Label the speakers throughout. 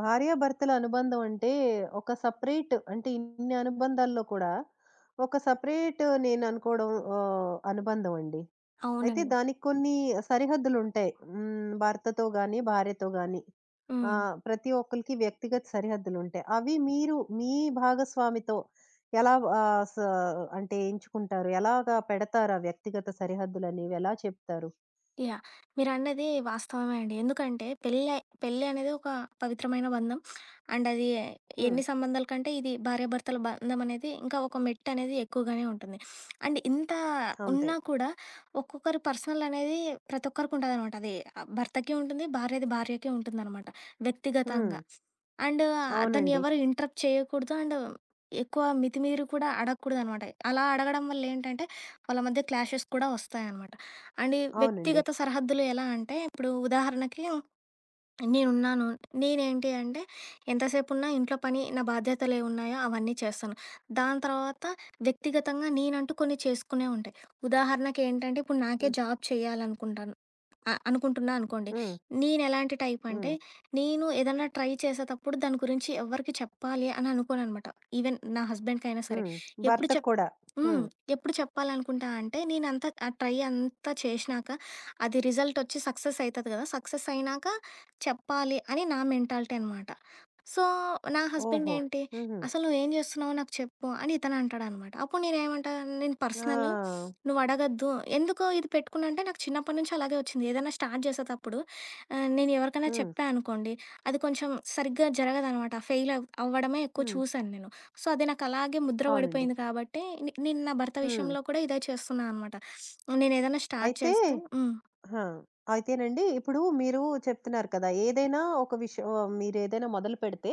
Speaker 1: భార్యాభర్తల అనుబంధం అంటే ఒక సెపరేట్ అంటే ఇన్ని అనుబంధాల్లో కూడా ఒక సెపరేట్ నేను అనుకోవడం అనుబంధం అండి. అయితే
Speaker 2: అవునండి.
Speaker 1: దానికి కొన్ని సరిహద్దులు ఉంటాయి. హ్మ్. భర్తతో గాని, భార్యతో గాని
Speaker 2: హ్మ్.
Speaker 1: ప్రతి ఒక్కళ్ళకి వ్యక్తిగత సరిహద్దులు ఉంటాయి. అవి మీరు మీ భాగస్వామితో ఎలా ఆహ్, స అంటే ఎంచుకుంటారు? ఎలాగా పెడతారు ఆ వ్యక్తిగత సరిహద్దులనేవి? ఎలా చెప్తారు?
Speaker 2: యాహ్! మీరన్నది వాస్తవమే అండి. ఎందుకంటే పెళ్లి అనేది ఒక పవిత్రమైన బంధం. అండ్ అది
Speaker 1: హ్మ్.
Speaker 2: ఎన్ని సంబంధాల కంటే ఇది భార్యాభర్తల బంధం అనేది ఇంకా ఒక మెట్టు అనేది ఎక్కువగానే ఉంటుంది. అండ్ ఇంత
Speaker 1: అంతే.
Speaker 2: ఉన్నా కూడా ఒక్కొక్కరి పర్సనల్ అనేది ప్రతి ఒక్కరికి ఉంటదనమాట. అది భర్తకి ఉంటుంది. భార్యది భార్యకే ఉంటుందనమాట
Speaker 1: హ్మ్.
Speaker 2: వ్యక్తిగతంగా. అండ్ దాన్ని
Speaker 1: అవునండి.
Speaker 2: ఎవరు ఇంటరప్ట్ చేయకూడదు. అండ్ ఎక్కువ మితిమీరి కూడా అడగకూడదనమాట. అలా అడగడం వల్ల ఏంటంటే వాళ్ళ మధ్య క్లాషెస్ కూడా వస్తాయనమాట. అండ్ ఈ
Speaker 1: అవునండి.
Speaker 2: వ్యక్తిగత సరిహద్దులు ఎలా అంటే, ఇప్పుడు ఉదాహరణకి నేనున్నాను. నేనేంటి అంటే, ఎంతసేపు ఉన్నా ఇంట్లో పని నా బాధ్యతలు ఏవున్నాయో అవన్నీ చేస్తాను. దాని తర్వాత వ్యక్తిగతంగా నేనంటూ కొన్ని చేసుకునేవి ఉంటాయి. ఉదాహరణకి ఏంటంటే, ఇప్పుడు నాకే
Speaker 1: హ్మ్.
Speaker 2: జాబ్ చేయాలనుకుంటాను. అనుకుంటున్నా అనుకోండి.
Speaker 1: హ్మ్.
Speaker 2: నేనెలాంటి టైప్ అంటే,
Speaker 1: హ్మ్.
Speaker 2: నేను ఏదన్నా ట్రై చేసేటప్పుడు దాని గురించి ఎవ్వరికీ చెప్పాలి అని అనుకోననమాట. ఈవెన్ నా హస్బెండ్‌కైనా సరే.
Speaker 1: హ్మ్.
Speaker 2: ఎప్పుడు
Speaker 1: భర్తకి
Speaker 2: చెప్
Speaker 1: కూడా. హ్మ్.
Speaker 2: హ్మ్. ఎప్పుడు చెప్పాలనుకుంటా అంటే, నేనంతా ఆ ట్రై అంతా చేషినాక, అది రిజల్ట్ ఒచ్చి సక్సెస్ అయితది గదా! సక్సెస్ అయినాక చెప్పాలి అని నా మెంటాలిటీ అనమాట. సో, నా హస్బెండ్
Speaker 1: ఓహో!
Speaker 2: ఏంటి,
Speaker 1: హుహు.
Speaker 2: "అసలు నువ్వేం చేస్తున్నావో నాకు చెప్పు" అని ఇతను అంటాడనమాట. అప్పుడు నేనేమంటా, "నేను పర్సనల్
Speaker 1: ఆ!
Speaker 2: నువ్వు అడగొద్దు." ఎందుకు ఇది పెట్టుకున్నా అంటే, నాకు చిన్నప్పటి నుంచి అలాగే వచ్చింది. ఏదైనా స్టార్ట్ చేసేటప్పుడు నేను ఎవరికైనా
Speaker 1: హ్మ్.
Speaker 2: చెప్పా అనుకోండి, అది కొంచెం సరిగ్గా జరగదనమాట. ఫెయిల్ అవ్వడమే ఎక్కువ
Speaker 1: హ్మ్.
Speaker 2: చూశాను నేను. సో, అది నాకు అలాగే ముద్ర
Speaker 1: అవునండి.
Speaker 2: పడిపోయింది కాబట్టి, నేను నా భర్త
Speaker 1: హ్మ్.
Speaker 2: విషయంలో కూడా ఇదే చేస్తున్నా అనమాట. నేనేదైనా స్టార్ట్
Speaker 1: అయితే
Speaker 2: చేస్తే హ్మ్.
Speaker 1: ఆ! అయితేనండి ఇప్పుడు మీరు చెప్తున్నారు కదా! ఏదైనా ఒక విషయం, మీరేదైనా మొదలుపెడితే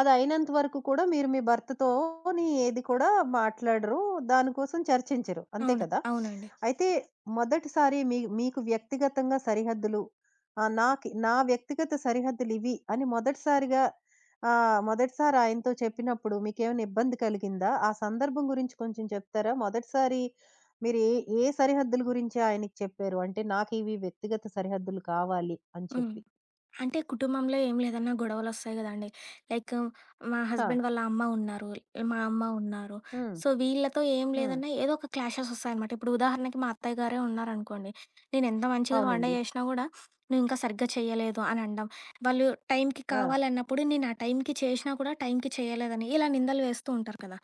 Speaker 1: అది అయినంత వరకు కూడా మీరు మీ భర్తతోని ఏది కూడా మాట్లాడరు. దాని కోసం చర్చించరు. అంతే
Speaker 2: అవును.
Speaker 1: కదా!
Speaker 2: అవునండి.
Speaker 1: అయితే మొదటిసారి మీకు వ్యక్తిగతంగా సరిహద్దులు, ఆహ్, నాకి నా వ్యక్తిగత సరిహద్దులివి అని మొదటిసారిగా, మొదటిసారి ఆయనతో చెప్పినప్పుడు మీకేమైనా ఇబ్బంది కలిగిందా? ఆ సందర్భం గురించి కొంచెం చెప్తారా? మొదటిసారి మీరు ఏ సరిహద్దుల గురించి ఆయనకి చెప్పారు? అంటే నాకివి వ్యక్తిగత సరిహద్దులు కావాలి అని
Speaker 2: హ్మ్.
Speaker 1: చెప్పి.
Speaker 2: అంటే కుటుంబంలో ఏం లేదన్నా గొడవలొస్తాయి గదండీ! లైక్ మా
Speaker 1: ఆ!
Speaker 2: హస్బెండ్ వాళ్ళ అమ్మ ఉన్నారు. మా అమ్మ ఉన్నారు.
Speaker 1: హ్మ్.
Speaker 2: సో, వీళ్ళతో ఏం
Speaker 1: హ్మ్.
Speaker 2: లేదన్నా ఏదో ఒక క్లాషెస్ ఒస్తాయనమాట. ఇప్పుడు ఉదాహరణకి మా అత్తయ్య గారే ఉన్నారనుకోండి. నేనెంత మంచిగా వంట
Speaker 1: అవునండి.
Speaker 2: జేషినా గూడా నువ్వింకా సరిగ్గా చెయ్యలేదు అని అనడం. వాళ్ళు టైంకి
Speaker 1: ఆ!
Speaker 2: కావాలన్నప్పుడు నేను ఆ టైంకి చేషినా కూడా టైంకి చేయలేదని ఇలా నిందలు వేస్తూ ఉంటారు కదా!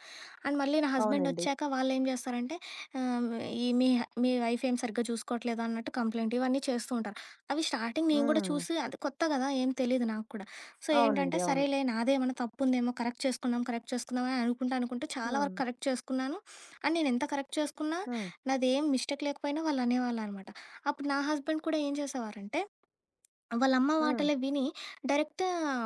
Speaker 2: అండ్ మళ్ళీ నా హస్బెండ్
Speaker 1: అవునండి.
Speaker 2: ఒచ్చాక వాళ్ళేం జేస్తారంటే ఆహ్, ఈ మీ మీ వైఫ్ ఏం సరిగ్గా చూసుకోవట్లేదు అన్నట్టు కంప్లెయింట్ ఇవన్నీ చేస్తూ ఉంటారు. అవి స్టార్టింగ్ నేను గూడా
Speaker 1: హ్మ్.
Speaker 2: చూసి అది కొత్త గదా! ఏం తెలీదు నాకు కూడా. సో,
Speaker 1: అవునండి.
Speaker 2: ఏంటంటే
Speaker 1: అవును.
Speaker 2: సరేలే నాదేమన్నా తప్పుందేమో కరెక్ట్ చేసుకుందాం, కరెక్ట్ చేసుకుందాం అని అనుకుంటా, అనుకుంటూ చాలా
Speaker 1: హ్మ్.
Speaker 2: వరకు కరెక్ట్ చేసుకున్నాను. అండ్ నేనెంత కరెక్ట్ చేసుకున్నా
Speaker 1: హ్మ్.
Speaker 2: నాదేం మిస్టేక్ లేకపోయినా వాళ్ళనేవాళ్ళనమాట. అప్పుడు నా హస్బెండ్ కూడా ఏం చేసేవారంటే, వాళ్ళమ్మ
Speaker 1: హ్మ్.
Speaker 2: మాటలే విని డైరెక్ట్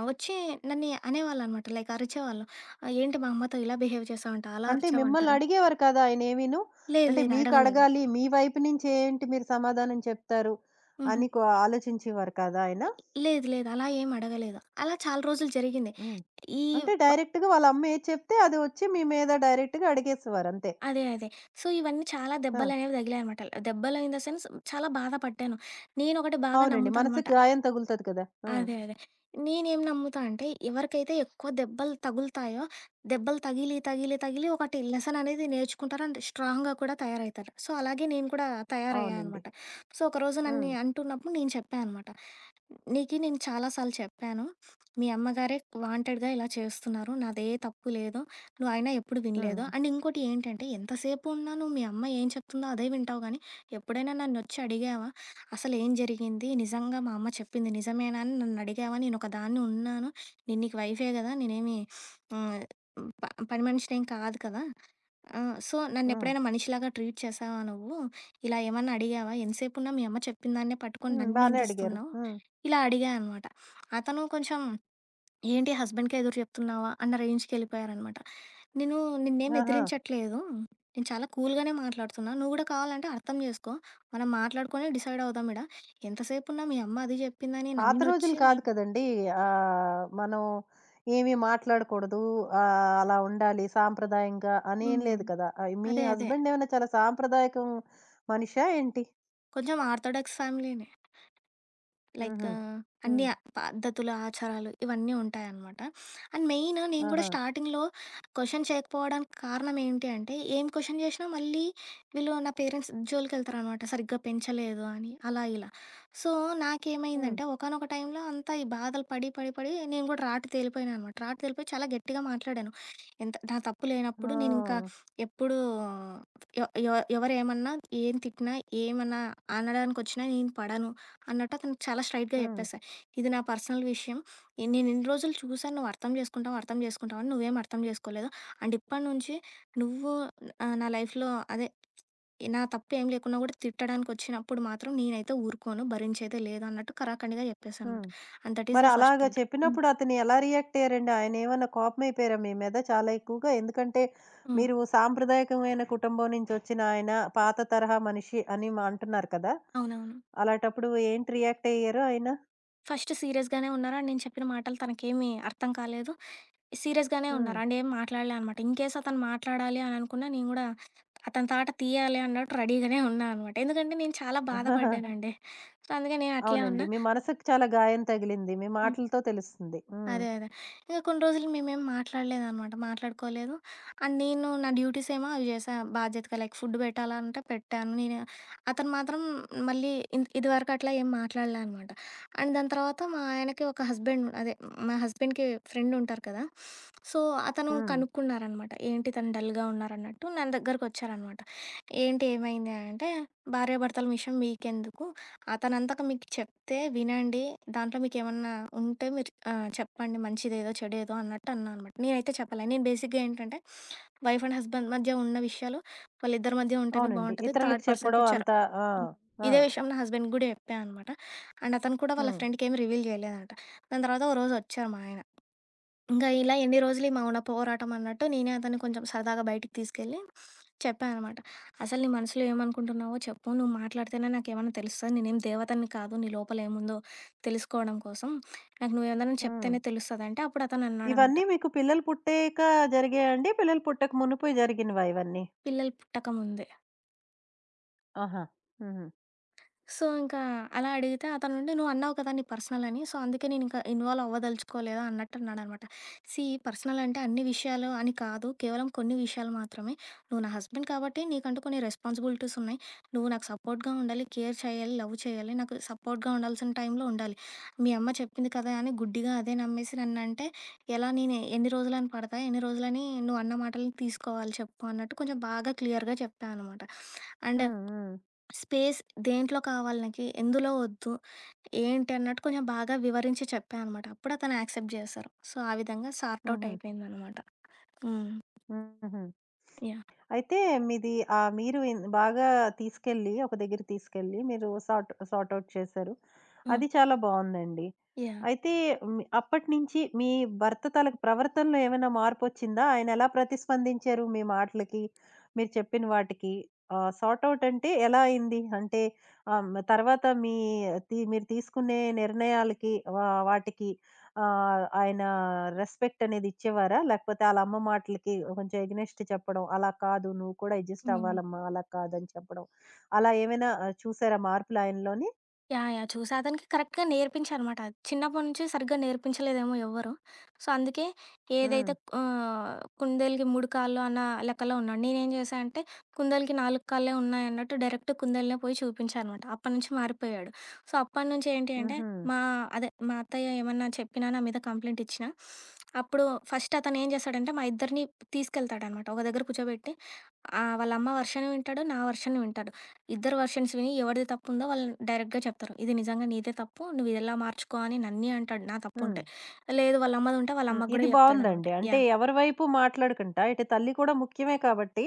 Speaker 2: వచ్చి నన్ని అనేవాళ్ళనమాట. లైక్ అరిచేవాళ్ళు. "ఏంటి మా అమ్మతో ఇలా బిహేవ్ చేసావంట, అలా
Speaker 1: అంటే
Speaker 2: అరిచావంట"
Speaker 1: మిమ్మల్నడిగేవారు కదా! ఆయనేమీను?
Speaker 2: లేదు,
Speaker 1: అంటే
Speaker 2: లేదు అడగలేదు.
Speaker 1: మీకడగాలి, మీ వైపు నుంచి ఏంటి మీరు సమాధానం చెప్తారు
Speaker 2: హుహు.
Speaker 1: అని ఆలోచించేవారు కాదా ఆయన?
Speaker 2: లేదు, లేదు అలా ఏం అడగలేదు. అలా చాలా రోజులు జరిగింది.
Speaker 1: హ్మ్.
Speaker 2: ఈ
Speaker 1: అంటే డైరెక్ట్‌గా వాళ్ళ అమ్మ ఏది చెప్తే అది వచ్చి మీ మీద డైరెక్ట్‌గా అడిగేసేవారు అంతే.
Speaker 2: అదే. అదే. సో, ఇవన్నీ చాలా
Speaker 1: ఆ!
Speaker 2: దెబ్బలనేవి తగిలాయనమాట. దెబ్బలు ఇన్ ద సెన్స్ చాలా బాధపడ్డాను. నేనొకటి బాగా
Speaker 1: అవునండి.
Speaker 2: నమ్ముతాననమాట.
Speaker 1: మనసుకి గాయం తగులుతది కదా! ఆ!
Speaker 2: అదే. అదే. నేనేం నమ్ముతా అంటే, ఎవరికైతే ఎక్కువ దెబ్బలు తగులుతాయో, దెబ్బలు తగిలి, తగిలి, తగిలి ఒకటి లెసన్ అనేది నేర్చుకుంటారు. అండ్ స్ట్రాంగ్‌గా కూడా తయారవుతారు. సో, అలాగే నేను కూడా తయారయ్యా
Speaker 1: అవునండి.
Speaker 2: అనమాట. సో, ఒకరోజు నన్ని
Speaker 1: హ్మ్.
Speaker 2: అంటున్నప్పుడు నేను చెప్పా అనమాట. "నీకి నేను చాలా సార్లు చెప్పాను. మీ అమ్మగారే వాంటెడ్‌గా ఇలా చేస్తున్నారు. నాదే తప్పు లేదు. నువ్వు అయినా ఎప్పుడు వినలేదు.
Speaker 1: హ్మ్.
Speaker 2: అండ్ ఇంకోటి ఏంటంటే, ఎంతసేపు ఉన్నా నువ్వు మీ అమ్మ ఏం చెప్తుందో అదే వింటావు గానీ, ఎప్పుడైనా నన్నొచ్చి అడిగావా? అసలు ఏం జరిగింది? నిజంగా మా అమ్మ చెప్పింది నిజమేనా అని నన్నడిగావా? నేనొక దాన్ని ఉన్నాను. నేను నీకు వైఫే గదా! నేనేమి ఆహ్, ప పని మనిషినేం కాదు కదా! సో,
Speaker 1: హ్మ్.
Speaker 2: నన్నెప్పుడైనా మనిషిలాగా ట్రీట్ చేశావా నువ్వు? ఇలా ఏమన్నా అడిగావా? ఎంతసేపున్నా మీ అమ్మ చెప్పిన దాన్నే పట్టుకొని
Speaker 1: హ్మ్.
Speaker 2: నన్ను
Speaker 1: బానే అడిగారు.
Speaker 2: నిందిస్తున్నావు.
Speaker 1: హ్మ్.
Speaker 2: ఇలా అడిగా అనమాట. అతను కొంచెం ఏంటి హస్బెండ్‌కే ఎదురు చెప్తున్నావా? అన్న రేంజ్‌కెళ్ళిపోయారనమాట. నేను నిన్నేం
Speaker 1: ఆహా!
Speaker 2: ఎదిరించట్లేదు. నేను చాలా కూల్‌గానే మాట్లాడుతున్నా. నువ్వు గూడా కావాలంటే అర్థం జేసుకో. మనం మాట్లాడుకొని డిసైడ్ అవుదాం ఈడ. ఎంతసేపున్నా మీ అమ్మ అది జెప్పిందని
Speaker 1: పాత రోజులు
Speaker 2: నన్నొచ్చి
Speaker 1: కాదు కదండీ! మనం ఏమి మాట్లాడకూడదు. అలా ఉండాలి సాంప్రదాయంగా అని ఏం
Speaker 2: హ్మ్.
Speaker 1: లేదు కదా! మీ
Speaker 2: అదే. అదే.
Speaker 1: హస్బెండ్ ఏమైనా చాలా సాంప్రదాయకం మనిషా ఏంటి?
Speaker 2: కొంచెం ఆర్థోడాక్స్ ఫ్యామిలీనే. లైక్
Speaker 1: హుహు. హ్మ్.
Speaker 2: పద్ధతులు, ఆచారాలు ఇవన్నీ ఉంటాయనమాట. అండ్ మెయిన్ నేను కూడా
Speaker 1: ఆహా!
Speaker 2: స్టార్టింగ్‌లో క్వెషన్ చేయకపోవడానికి కారణం ఏంటి అంటే, ఏం క్వెషన్ చేసినా మళ్ళీ వీళ్ళు నా పేరెంట్స్ జోలికెళ్తారనమాట. సరిగ్గా పెంచలేదు అని అలా ఇలా. సో,
Speaker 1: హ్మ్.
Speaker 2: నాకేమైందంటే ఒకానొక టైంలో అంతా ఈ బాధలు పడి, పడి, పడి నేను కూడా రాటు తేలిపోయాను అనమాట. రాటు తేలిపోయి చాలా గట్టిగా మాట్లాడాను. ఎంత నా తప్పు లేనప్పుడు నేనింకా
Speaker 1: ఆ!
Speaker 2: ఎప్పుడు ఎ ఎ ఎవరేమన్నా, ఏం తిట్టినా, ఏమన్నా అనడానికొచ్చినా నేను పడను. అన్నట్టు అతనికి చాలా స్ట్రెయిట్‌గా
Speaker 1: హ్మ్.
Speaker 2: చెప్పేసా. ఇది నా పర్సనల్ విషయం. నేను ఇన్ని రోజులు చూసాను నువ్వు అర్థం చేసుకుంటావు, అర్థం చేసుకుంటావు అని. నువ్వేం అర్థం చేసుకోలేదు. అండ్ ఇప్పటి నుంచి నువ్వు నా లైఫ్‌లో అదే నా తప్పు ఏం లేకున్నా కూడా తిట్టడానికొచ్చినప్పుడు మాత్రం నేనైతే ఊరుకోను, భరించేదే లేదు అన్నట్టు కరాఖండిగా చెప్పేసా అనమాట.
Speaker 1: హ్మ్.
Speaker 2: అండ్ దట్ ఈస్
Speaker 1: మరి
Speaker 2: ద ఫస్ట్
Speaker 1: అలాగా
Speaker 2: పాయింట్. హ్మ్.
Speaker 1: చెప్పినప్పుడు అతను ఎలా రియాక్ట్ అయ్యారండి? ఆయనేమన్నా కోపమైపోయారా మీ మీద చాలా ఎక్కువగా? ఎందుకంటే
Speaker 2: హ్మ్.
Speaker 1: మీరు సాంప్రదాయకమైన కుటుంబం నుంచొచ్చిన ఆయన, పాత తరహా మనిషి అని అంటున్నారు కదా!
Speaker 2: అవునవును.
Speaker 1: అలాటప్పుడు ఏంటి రియాక్ట్ అయ్యారు ఆయన?
Speaker 2: ఫస్ట్ సీరియస్‌గానే ఉన్నారు. అండ్ నేను చెప్పిన మాటలు తనకేమి అర్థం కాలేదు. సీరియస్‌గానే
Speaker 1: హ్మ్.
Speaker 2: ఉన్నారు. అండ్ ఏం మాట్లాడలే అనమాట. ఇన్‌కేస్ అతను మాట్లాడాలి అని అనుకున్నా నేను గూడా అతని తాట తీయాలి అన్నట్టు రెడీగానే ఉన్నా అనమాట. ఎందుకంటే నేను చాలా బాధపడ్డానండి. సో, అందుకే నేను అట్లే
Speaker 1: అవునండి.
Speaker 2: ఉన్నా.
Speaker 1: మీ మనసుకి చాలా గాయం తగిలింది. మీ మాటలతో తెలుస్తుంది. హ్మ్.
Speaker 2: అదే. అదే. ఇంక కొన్ని రోజులు మేమేం మాట్లాడలేదనమాట. మాట్లాడుకోలేదు. అండ్ నేను నా డ్యూటీస్ ఏమో అవి జేశా బాధ్యతగా. లైక్ ఫుడ్ పెట్టాలంటే పెట్టాను. నేను అతను మాత్రం మళ్ళీ ఇదివరకు అట్లా ఏం మాట్లాడలే అనమాట. అండ్ దాని తర్వాత మా ఆయనకి ఒక హస్బెండ్ అదే మా హస్బెండ్‌కి ఫ్రెండ్ ఉంటారు కదా! సో, అతను
Speaker 1: హ్మ్.
Speaker 2: కనుక్కున్నారనమాట. ఏంటి తను డల్‌గా ఉన్నారన్నట్టు. నా దగ్గరకొచ్చారనమాట. ఏంటి ఏమైంది అంటే, భార్యాభర్తల విషయం మీకెందుకు? అతనంతక మీకు చెప్తే వినండి. దాంట్లో మీకేమన్నా ఉంటే మీరు చెప్పండి మంచిదేదో, చెడేదో అన్నట్టు అన్నా అనమాట. నేనైతే చెప్పలే. నేను బేసిక్‌గా ఏంటంటే వైఫ్ అండ్ హస్బెండ్ మధ్య ఉన్న విషయాలు వాళ్ళిద్దరి మధ్య ఉంటేనే
Speaker 1: అవునండి.
Speaker 2: బావుంటది.
Speaker 1: ఇతరులకి
Speaker 2: థర్డ్
Speaker 1: చెప్పడం
Speaker 2: పర్సన్‌కి చెర
Speaker 1: అంత. ఆ!
Speaker 2: హ్మ్.
Speaker 1: ఆ!
Speaker 2: ఇదే విషయం నా హస్బెండ్‌కి గూడా చెప్పా అనమాట. అండ్ అతను కూడా వాళ్ళ
Speaker 1: హ్మ్.
Speaker 2: ఫ్రెండ్‌కేమి రివీల్ జేయలేదంట. దాని తర్వాత ఓ రోజొచ్చారు మా ఆయన. ఇంకా ఇలా ఎన్ని రోజులు ఈ మౌన పోరాటం అన్నట్టు నేనే అతన్ని కొంచెం సరదాగా బయటికి తీసుకెళ్ళి చెప్పానమాట. "అసలు నీ మనసులో ఏమనుకుంటున్నావో చెప్పు. నువ్వు మాట్లాడితేనే నాకేమన్నా తెలుస్తది. నేనేం దేవతని కాదు. నీ లోపల ఏముందో తెలుసుకోవడం కోసం. నాకు నువ్వేదైనా
Speaker 1: హ్మ్.
Speaker 2: చెప్తేనే తెలుస్తది" అంటే అప్పుడు అతను అన్నాడనమాట.
Speaker 1: ఇవన్నీ మీకు పిల్లలు పుట్టాక జరిగాయండి? పిల్లలు పుట్టక మునుపు జరిగినవా ఇవన్నీ?
Speaker 2: పిల్లలు పుట్టకముందే.
Speaker 1: ఆహా! హుహు.
Speaker 2: సో, ఇంకా అలా అడిగితే అతనుండి "నువ్వన్నావు కదా నీ పర్సనల్ అని. సో, అందుకే నేనింకా ఇన్వాల్వ్ అవ్వదలుచుకోలేదు" అన్నట్టన్నాడనమాట. సీ పర్సనల్ అంటే అన్ని విషయాలు అని కాదు. కేవలం కొన్ని విషయాలు మాత్రమే. నువ్వు నా హస్బెండ్ కాబట్టి నీకంటూ కొన్ని రెస్పాన్సిబిలిటీస్ ఉన్నాయి. నువ్వు నాకు సపోర్ట్‌గా ఉండాలి, కేర్ చేయాలి, లవ్ చేయాలి. నాకు సపోర్ట్‌గా ఉండాల్సిన టైంలో ఉండాలి. మీ అమ్మ చెప్పింది కదా అని గుడ్డిగా అదే నమ్మేసి నన్నంటే ఎలా నేను ఎన్ని రోజులని పడతా? ఎన్ని రోజులని నువ్వు అన్న మాటలని తీసుకోవాలి చెప్పు అన్నట్టు కొంచెం బాగా క్లియర్‌గా చెప్పా అనమాట. అండ్
Speaker 1: హ్మ్. హ్మ్.
Speaker 2: స్పేస్ దేంట్లో కావాలి నాకి, ఎందులో వద్దు, ఏంటి అన్నట్టు కొంచెం బాగా వివరించి చెప్పా అనమాట. అప్పుడు అతను యాక్సెప్ట్ చేశారు. సో, ఆ విధంగా సార్ట్ ఔట్
Speaker 1: హుహు.
Speaker 2: అయిపోయిందనమాట. హ్మ్.
Speaker 1: హుహు.
Speaker 2: యాహ్!
Speaker 1: అయితే మీది మీరు బాగా తీసుకెళ్ళి ఒక దగ్గరికి తీసుకెళ్ళి మీరు సార్ట్ సార్ట్ ఔట్ చేశారు.
Speaker 2: హ్మ్.
Speaker 1: అది చాలా బావుందండి.
Speaker 2: యాహ్!
Speaker 1: అయితే అప్పటినుంచి మీ భర్త తాలూకు ప్రవర్తనలో ఏమైనా మార్పొచ్చిందా? ఆయనెలా ప్రతిస్పందించారు మీ మాటలకి? మీరు చెప్పిన వాటికి? సార్ట్ ఔట్ అంటే ఎలా అయింది? అంటే తర్వాత మీ తి మీరు తీసుకునే నిర్ణయాలకి, వాటికి ఆయన రెస్పెక్ట్ అనేది ఇచ్చేవారా? లేకపోతే ఆళ్ళ అమ్మ మాటలకి కొంచెం ఎగ్నెస్ట్ చెప్పడం, "అలా కాదు నువ్వు కూడా అడ్జస్ట్
Speaker 2: హ్మ్.
Speaker 1: అవ్వాలమ్మా, అలా కాదని" చెప్పడం. అలా ఏమైనా చూసారా మార్పులాయనలోని?
Speaker 2: యాహ్! యాహ్! చూసా. అతనికి కరెక్ట్‌గా నేర్పించానమాట. చిన్నప్పటి నుంచి సరిగ్గా నేర్పించలేదేమో ఎవ్వరు. సో, అందుకే
Speaker 1: హ్మ్.
Speaker 2: ఏదైతే కుందేలుకి 3 కాళ్ళు అన్న లెక్కలో ఉన్నాడు. నేనేం చేశా అంటే కుందేలుకి 4 కాళ్ళే ఉన్నాయన్నట్టు డైరెక్ట్ కుందేలునే పోయి చూపించా అనమాట. అప్పటినుంచి మారిపోయాడు. సో, అప్పటినుంచి ఏంటి అంటే
Speaker 1: హుహు.
Speaker 2: మా మా అత్తయ్య ఏమన్నా చెప్పినా నా మీద కంప్లెయింట్ ఇచ్చినా, అప్పుడు ఫస్ట్ అతను ఏం చేస్తాడంటే మా ఇద్దరిని తీసుకెళ్తాడనమాట. ఒక దగ్గర కూర్చోబెట్టి వాళ్ళ అమ్మ వర్షన్ వింటాడు. నా వర్షన్ వింటాడు. ఇద్దరు వెర్షన్స్ విని ఎవరిది తప్పుందో వాళ్ళు డైరెక్ట్‌గా చెప్తారు. ఇది నిజంగా నీదే తప్పు. నువ్వు ఇలా మార్చుకో అని నన్నీ అంటాడు. నా
Speaker 1: హ్మ్.
Speaker 2: తప్పుంటే. లేదు వాళ్ళ అమ్మదుంటే వాళ్ళ
Speaker 1: హ్మ్.
Speaker 2: అమ్మకి
Speaker 1: ఇది
Speaker 2: గూడా చెప్తాడనమాట.
Speaker 1: బావుందండి. అంటే
Speaker 2: యాహ్!
Speaker 1: ఎవరి వైపు మాట్లాడకుండా, ఇటు తల్లి కూడా ముఖ్యమే కాబట్టి,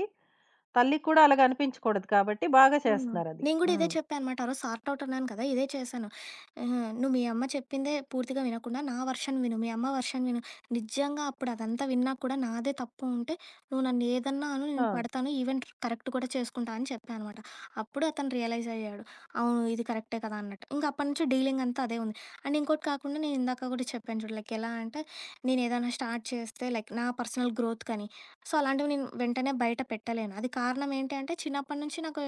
Speaker 1: తల్లికి కూడా అలాగ అనిపించకూడదు కాబట్టి బాగా
Speaker 2: హ్మ్.
Speaker 1: చేస్తున్నారది.
Speaker 2: నేను గూడా ఇదే
Speaker 1: హ్మ్.
Speaker 2: చెప్పా అనమాట. ఆ రోజు సార్ట్ ఔట్ అన్నాను కదా! ఇదే చేశాను. "నువ్వు మీ అమ్మ చెప్పిందే పూర్తిగా వినకుండా నా వర్షన్ విను. మీ అమ్మ వర్షన్ విను. నిజంగా అప్పుడు అదంతా విన్నా కూడా నాదే తప్పు ఉంటే నువ్వు నన్ను ఏదన్నా అను
Speaker 1: ఆ!
Speaker 2: నేను పడతాను. ఈవెన్ కరెక్ట్ కూడా చేసుకుంటా" అని చెప్పా అనమాట. అప్పుడు అతను రియలైజ్ అయ్యాడు. అవును ఇది కరెక్టే కదా! అన్నట్టు. ఇంక అప్పటి నుంచి డీలింగ్ అంతా అదే ఉంది. అండ్ ఇంకోటి కాకుండా నేను ఇందాక కూడా చెప్పాను చూడు లైక్ ఎలా అంటే నేను ఏదైనా స్టార్ట్ చేస్తే లైక్ నా పర్సనల్ గ్రోత్ కని. సో, అలాంటివి నేను వెంటనే బయట పెట్టలేను. అది కారణం ఏంటి అంటే చిన్నప్పటి నుంచి నాకు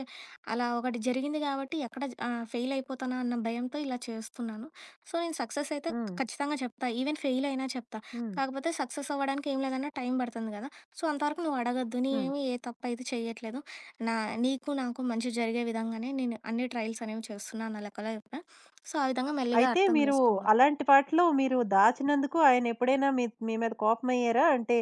Speaker 2: అలా ఒకటి జరిగింది కాబట్టి ఎక్కడ ఫెయిల్ అయిపోతానా అన్న భయంతో ఇలా చేస్తున్నాను సో నేను సక్సెస్ అయితే
Speaker 1: హ్మ్.
Speaker 2: ఖచ్చితంగా చెప్తా ఈవెన్ ఫెయిల్ అయినా చెప్తా
Speaker 1: హ్మ్.
Speaker 2: కాకపోతే సక్సెస్ అవ్వడానికి ఏం లేదన్నా టైం పడుతుంది కదా సో అంతవరకు నువ్వు అడగద్దు నీ
Speaker 1: హ్మ్.
Speaker 2: ఏమి ఏ తప్పు అయితే చేయట్లేదు నా నీకు నాకు మంచి జరిగే విధంగానే నేను అన్ని ట్రయల్స్ అనేవి చేస్తున్నా అన్న లెక్కలో చెప్పిన సో ఆ విధంగా మెల్లిగా
Speaker 1: అయితే
Speaker 2: అర్థం
Speaker 1: మీరు
Speaker 2: చేసుకున్నాను
Speaker 1: అలాంటి వాటిలో మీరు దాచినందుకు ఆయనెప్పుడైనా మీ మీ మీద కోపమయ్యారా? అంటే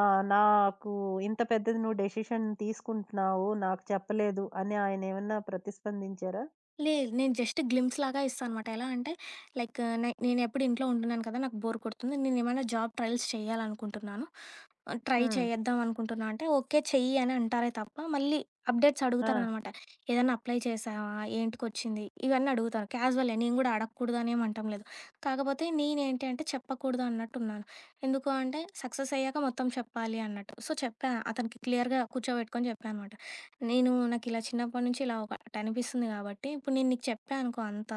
Speaker 1: నాకు ఇంత పెద్దది నువ్వు డెసిషన్ తీసుకుంటున్నావు. నాకు చెప్పలేదు అని ఆయనేమన్నా ప్రతిస్పందించారా?
Speaker 2: లేదు. నేను జస్ట్ గ్లిమ్స్ లాగా ఇస్తా అనమాట. ఎలా అంటే లైక్ నేనెప్పుడు ఇంట్లో ఉంటున్నాను కదా! నాకు బోర్ కొడుతుంది. నేనేమైనా జాబ్ ట్రయల్స్ చేయాలనుకుంటున్నాను. ట్రై
Speaker 1: హ్మ్.
Speaker 2: చేద్దాం అనుకుంటున్నా అంటే, ఓకే చెయ్యి అని అంటారే తప్ప, మళ్ళీ అప్డేట్స్
Speaker 1: ఆ!
Speaker 2: అడుగుతారనమాట. ఏదన్నా అప్లై చేశావా? ఏంటికొచ్చింది? ఇవన్నీ అడుగుతారు. క్యాజువలే నేను గూడా అడగకూడదు అని ఏమి అనటం లేదు. కాకపోతే నేనేంటి అంటే చెప్పకూడదు అన్నట్టున్నాను. ఎందుకు అంటే సక్సెస్ అయ్యాక మొత్తం చెప్పాలి అన్నట్టు. సో, చెప్పా. అతనికి క్లియర్‌గా కూర్చోబెట్టుకొని చెప్పా అనమాట. నేను నాకిలా చిన్నప్పటి నుంచి ఇలా ఒకటి అనిపిస్తుంది కాబట్టి, ఇప్పుడు నేను నీకు చెప్పా అనుకో అంతా,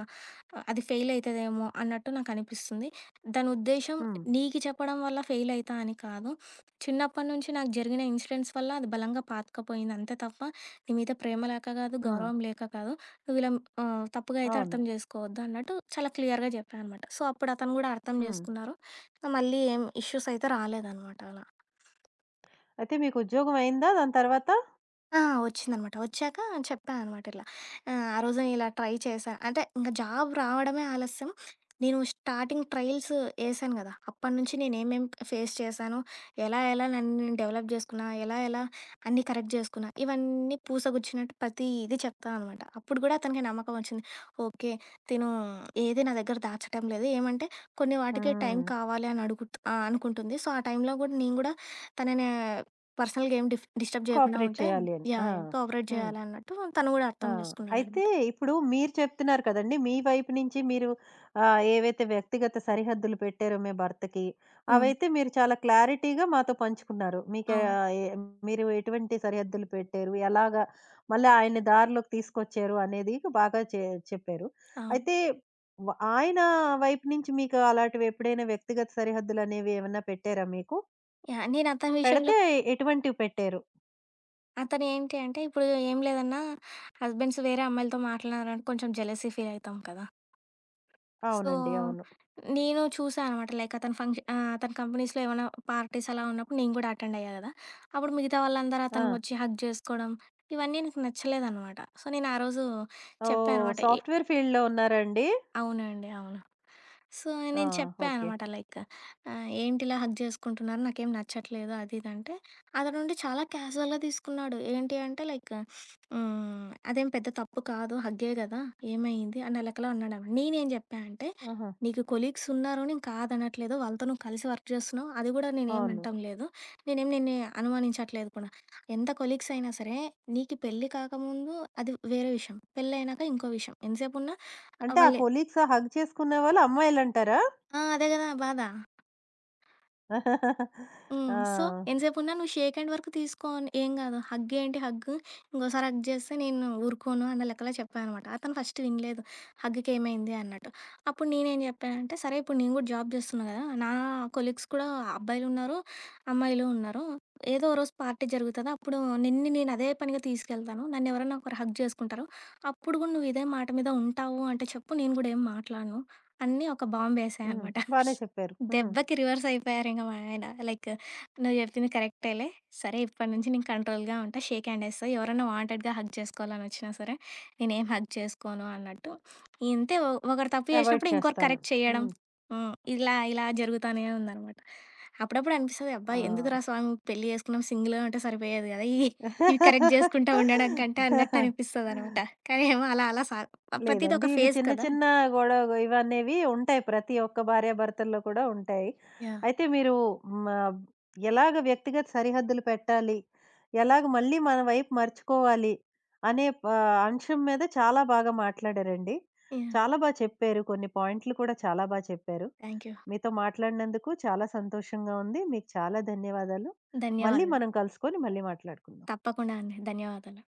Speaker 2: అది ఫెయిల్ అయితదేమో అన్నట్టు నాకనిపిస్తుంది. దాని ఉద్దేశ్యం
Speaker 1: హ్మ్.
Speaker 2: నీకు చెప్పడం వల్ల ఫెయిల్ అయితా అని కాదు. చిన్నప్పటి నుంచి నాకు జరిగిన ఇన్సిడెంట్స్ వల్ల అది బలంగా పాతుకుపోయింది. అంతే తప్ప నీ మీద ప్రేమ లేక కాదు,
Speaker 1: హ్మ్.
Speaker 2: గౌరవం లేక కాదు. నువ్వు ఇలా తప్పుగా అయితే
Speaker 1: అవును.
Speaker 2: అర్థం చేసుకోవద్దు అన్నట్టు చాలా క్లియర్‌గా చెప్పా అనమాట. సో, అప్పుడు అతను గూడా అర్థం
Speaker 1: హ్మ్.
Speaker 2: చేసుకున్నారు. మళ్ళీ ఏం ఇష్యూస్ అయితే రాలేదనమాట అలా.
Speaker 1: అయితే మీకు ఉద్యోగం అయిందా దాని తర్వాత?
Speaker 2: ఆ! వచ్చిందనమాట. వచ్చాక చెప్పా అనమాట ఇలా. ఆ రోజు ఇలా ట్రై చేశా. అంటే ఇంక జాబ్ రావడమే ఆలస్యం. నేను స్టార్టింగ్ ట్రయల్స్ ఏశాను గదా! అప్పటినుంచి నేనేమేం ఫేస్ చేశాను, ఎలా ఎలా నన్ను నేను డెవలప్ జేసుకున్నా, ఎలా ఎలా అన్నీ కరెక్ట్ జేసుకున్నా, ఇవన్నీ పూసగుచ్చినట్టు ప్రతీది చెప్తా అనమాట. అప్పుడు గూడా అతనికి నమ్మకం వచ్చింది. ఓకే. తిను ఏది నా దగ్గర దాచటం లేదు. ఏమంటే కొన్ని వాటికి టైం
Speaker 1: హ్మ్.
Speaker 2: కావాలి అని అనుకుంటుంది. సో, ఆ టైంలో గూడా నేను గూడా తనని పర్సనల్‌గా ఏం డిస్టర్బ్ చేయకుండా
Speaker 1: కోఆపరేట్
Speaker 2: ఉంటే
Speaker 1: చేయాలి అని. ఆ!
Speaker 2: యాహ్! యాహ్! కోఆపరేట్
Speaker 1: హ్మ్.
Speaker 2: చేయాలి అన్నట్టు తను కూడా
Speaker 1: ఆ!
Speaker 2: అర్థం
Speaker 1: అయితే
Speaker 2: చేసుకున్నాడనమాట.
Speaker 1: ఇప్పుడు మీరు చెప్తున్నారు కదండీ! మీ వైపు నుంచి మీరు ఏవైతే వ్యక్తిగత సరిహద్దులు పెట్టారో మీ భర్తకి,
Speaker 2: హ్మ్.
Speaker 1: అవైతే మీరు చాలా క్లారిటీగా మాతో పంచుకున్నారు. మీకు
Speaker 2: అవును.
Speaker 1: ఆహ్, ఎ మీరు ఎటువంటి సరిహద్దులు పెట్టారు? ఎలాగా మళ్ళీ ఆయన్ని దారిలోకి తీసుకొచ్చారు అనేది బాగా చెప్పారు.
Speaker 2: అవును.
Speaker 1: అయితే వ ఆయన వైపు నుంచి మీకు అలాంటివి ఎప్పుడైనా వ్యక్తిగత సరిహద్దులనేవి ఏమన్నా పెట్టారా మీకు?
Speaker 2: యాహ్! నేను అతని విషయంలో
Speaker 1: పెడితే ఎటువంటివి పెట్టారు?
Speaker 2: అతను ఏంటి అంటే ఇప్పుడు ఏం లేదన్నా హస్బెండ్స్ వేరే అమ్మాయిలతో మాట్లాడినారని కొంచెం జెలసీ ఫీల్ అయితాం కదా! సో,
Speaker 1: అవునండి. అవును.
Speaker 2: నేను చూసా అనమాట. లైక్ అతను అతని కంపెనీస్‌లో ఏమైనా పార్టీస్ అలా ఉన్నప్పుడు నేను కూడా అటెండ్ అయ్యా కదా! అప్పుడు మిగతా వాళ్ళందరూ అతనికి
Speaker 1: ఆ!
Speaker 2: వచ్చి హగ్ చేసుకోవడం, ఇవన్నీ నాకు నచ్చలేదనమాట. సో, నేను ఆ రోజు చెప్పా
Speaker 1: ఓహ్!
Speaker 2: అనమాట.
Speaker 1: సాఫ్ట్‌వేర్ ఫీల్డ్‌లో ఉన్నారా అండి?
Speaker 2: అవునండి. అవును. సో,
Speaker 1: ఆ!
Speaker 2: నేను చెప్పా
Speaker 1: ఓకే.
Speaker 2: అనమాట లైక్ "ఏంటిలా హగ్ చేసుకుంటున్నారు? నాకేం నచ్చట్లేదు" అది ఇది అంటే, అతనుండి చాలా క్యాజువల్‌గా తీసుకున్నాడు. ఏంటి అంటే లైక్ హ్మ్, "అదేం పెద్ద తప్పు కాదు. హగ్గే గదా! ఏమైంది?" అన్న లెక్కలో అన్నాడనమాట. నేనేం జెప్పా అంటే,
Speaker 1: ఆహా!
Speaker 2: "నీకు కొలీగ్స్ ఉన్నారు. నేను కాదనట్లేదు. వాళ్ళతో నువ్వు కలిసి వర్క్ చేస్తున్నావు. అది గూడా నేనేం
Speaker 1: అవును.
Speaker 2: అనటం లేదు. నేనేం నిన్ను అనుమానించట్లేదు కూడా. ఎంత కొలీగ్స్ అయినా సరే, నీకు పెళ్లి కాకముందు అది వేరే విషయం. పెళ్లయినాక ఇంకో విషయం. ఎంతసేపున్నా
Speaker 1: అంటే ఆ
Speaker 2: వాళ్ళే"
Speaker 1: కొలీగ్స్ హగ్ చేసుకునేవాళ్ళు అమ్మాయిలంటారా?
Speaker 2: ఆ! అదే గదా! బాధ. హ్మ్. సో,
Speaker 1: ఆ!
Speaker 2: ఎంతసేపున్నా నువ్వు షేక్ హ్యాండ్ వరకు తీసుకో అని ఏం గాదు. హగ్ ఏంటి హగ్, ఇంకోసారి హగ్ జేస్తే నేను ఊరుకోను అన్న లెక్కలో చెప్పా అనమాట. అతను ఫస్ట్ వినలేదు హగ్‌కేమైంది అన్నట్టు. అప్పుడు నేనేం జెప్పానంటే, సరే ఇప్పుడు నేను గూడా జాబ్ జేస్తున్నా గదా! నా కొలీగ్స్ కూడా అబ్బాయిలున్నారు, అమ్మాయిలు ఉన్నారు. ఏదో ఓ రోజు పార్టీ జరుగుతది. అప్పుడు నిన్ను నేను అదే పనిగా తీసుకెళ్తాను. నన్నెవరన్నా ఒకరు హగ్ జేసుకుంటారు. అప్పుడు గూడా నువ్వు ఇదే మాట మీద ఉంటావు అంటే చెప్పు, నేను గూడా ఏం మాట్లాడను అని ఒక బాంబేసా
Speaker 1: హ్మ్.
Speaker 2: అనమాట.
Speaker 1: బానే చెప్పారు. హ్మ్.
Speaker 2: దెబ్బకి రివర్స్ అయిపోయారింక మా ఆయన. లైక్ నువ్వు జెప్పింది కరెక్టేలే. సరే ఇప్పటి నుంచి నేను కంట్రోల్‌గా ఉంటా. షేక్ హ్యాండ్ ఏస్తా. ఎవరన్నా వాంటెడ్‌గా హగ్ చేసుకోవాలనొచ్చినా సరే, నేనేం హగ్ చేసుకోను అన్నట్టు. ఇంతే ఒకరు తప్పు
Speaker 1: అవాయిడ్
Speaker 2: చేసినప్పుడు ఇంకొకరు
Speaker 1: చేస్తాను.
Speaker 2: కరెక్ట్ చేయడం.
Speaker 1: హ్మ్.
Speaker 2: హ్మ్. ఇలా ఇలా జరుగుతానే ఉందనమాట. అప్పుడప్పుడు అనిపిస్తది అబ్బా! ఎందుకురా స్వామి పెళ్లి చేసుకున్నాం సింగిల్‌గా ఉంటే సరిపోయేది గదా! ఇవి ఇవి కరెక్ట్ జేసుకుంటా ఉండడం కంటే అన్నట్టు
Speaker 1: ఆ!
Speaker 2: అనిపిస్తదనమాట. కానీ ఏమో అలా అలా ప్రతీది
Speaker 1: లేదండి.
Speaker 2: ఒక
Speaker 1: ఇవి
Speaker 2: ఫేజ్
Speaker 1: చిన్న
Speaker 2: కదా!
Speaker 1: చిన్న గొడవ ఇవనేవి ఉంటాయి. ప్రతి ఒక్క భార్యాభర్తల్లో కూడా ఉంటాయి.
Speaker 2: యాహ్!
Speaker 1: అయితే మీరు మ ఎలాగ వ్యక్తిగత సరిహద్దులు పెట్టాలి? ఎలాగ మళ్ళీ మన వైపు మరచుకోవాలి? అనే అంశం మీద చాలా బాగా మాట్లాడారండి.
Speaker 2: యాహ్!
Speaker 1: చాలా చెప్పారు. కొన్ని పాయింట్లు కూడా చాలా చెప్పారు.
Speaker 2: Thank you.
Speaker 1: మీతో మాట్లాడినందుకు చాలా సంతోషంగా ఉంది. మీకు చాలా ధన్యవాదాలు. మళ్ళీ
Speaker 2: ధన్యవాదాలు.
Speaker 1: మనం కలుసుకొని మళ్ళీ మాట్లాడుకుందాం.
Speaker 2: తప్పకుండా అండి. ధన్యవాదాలు.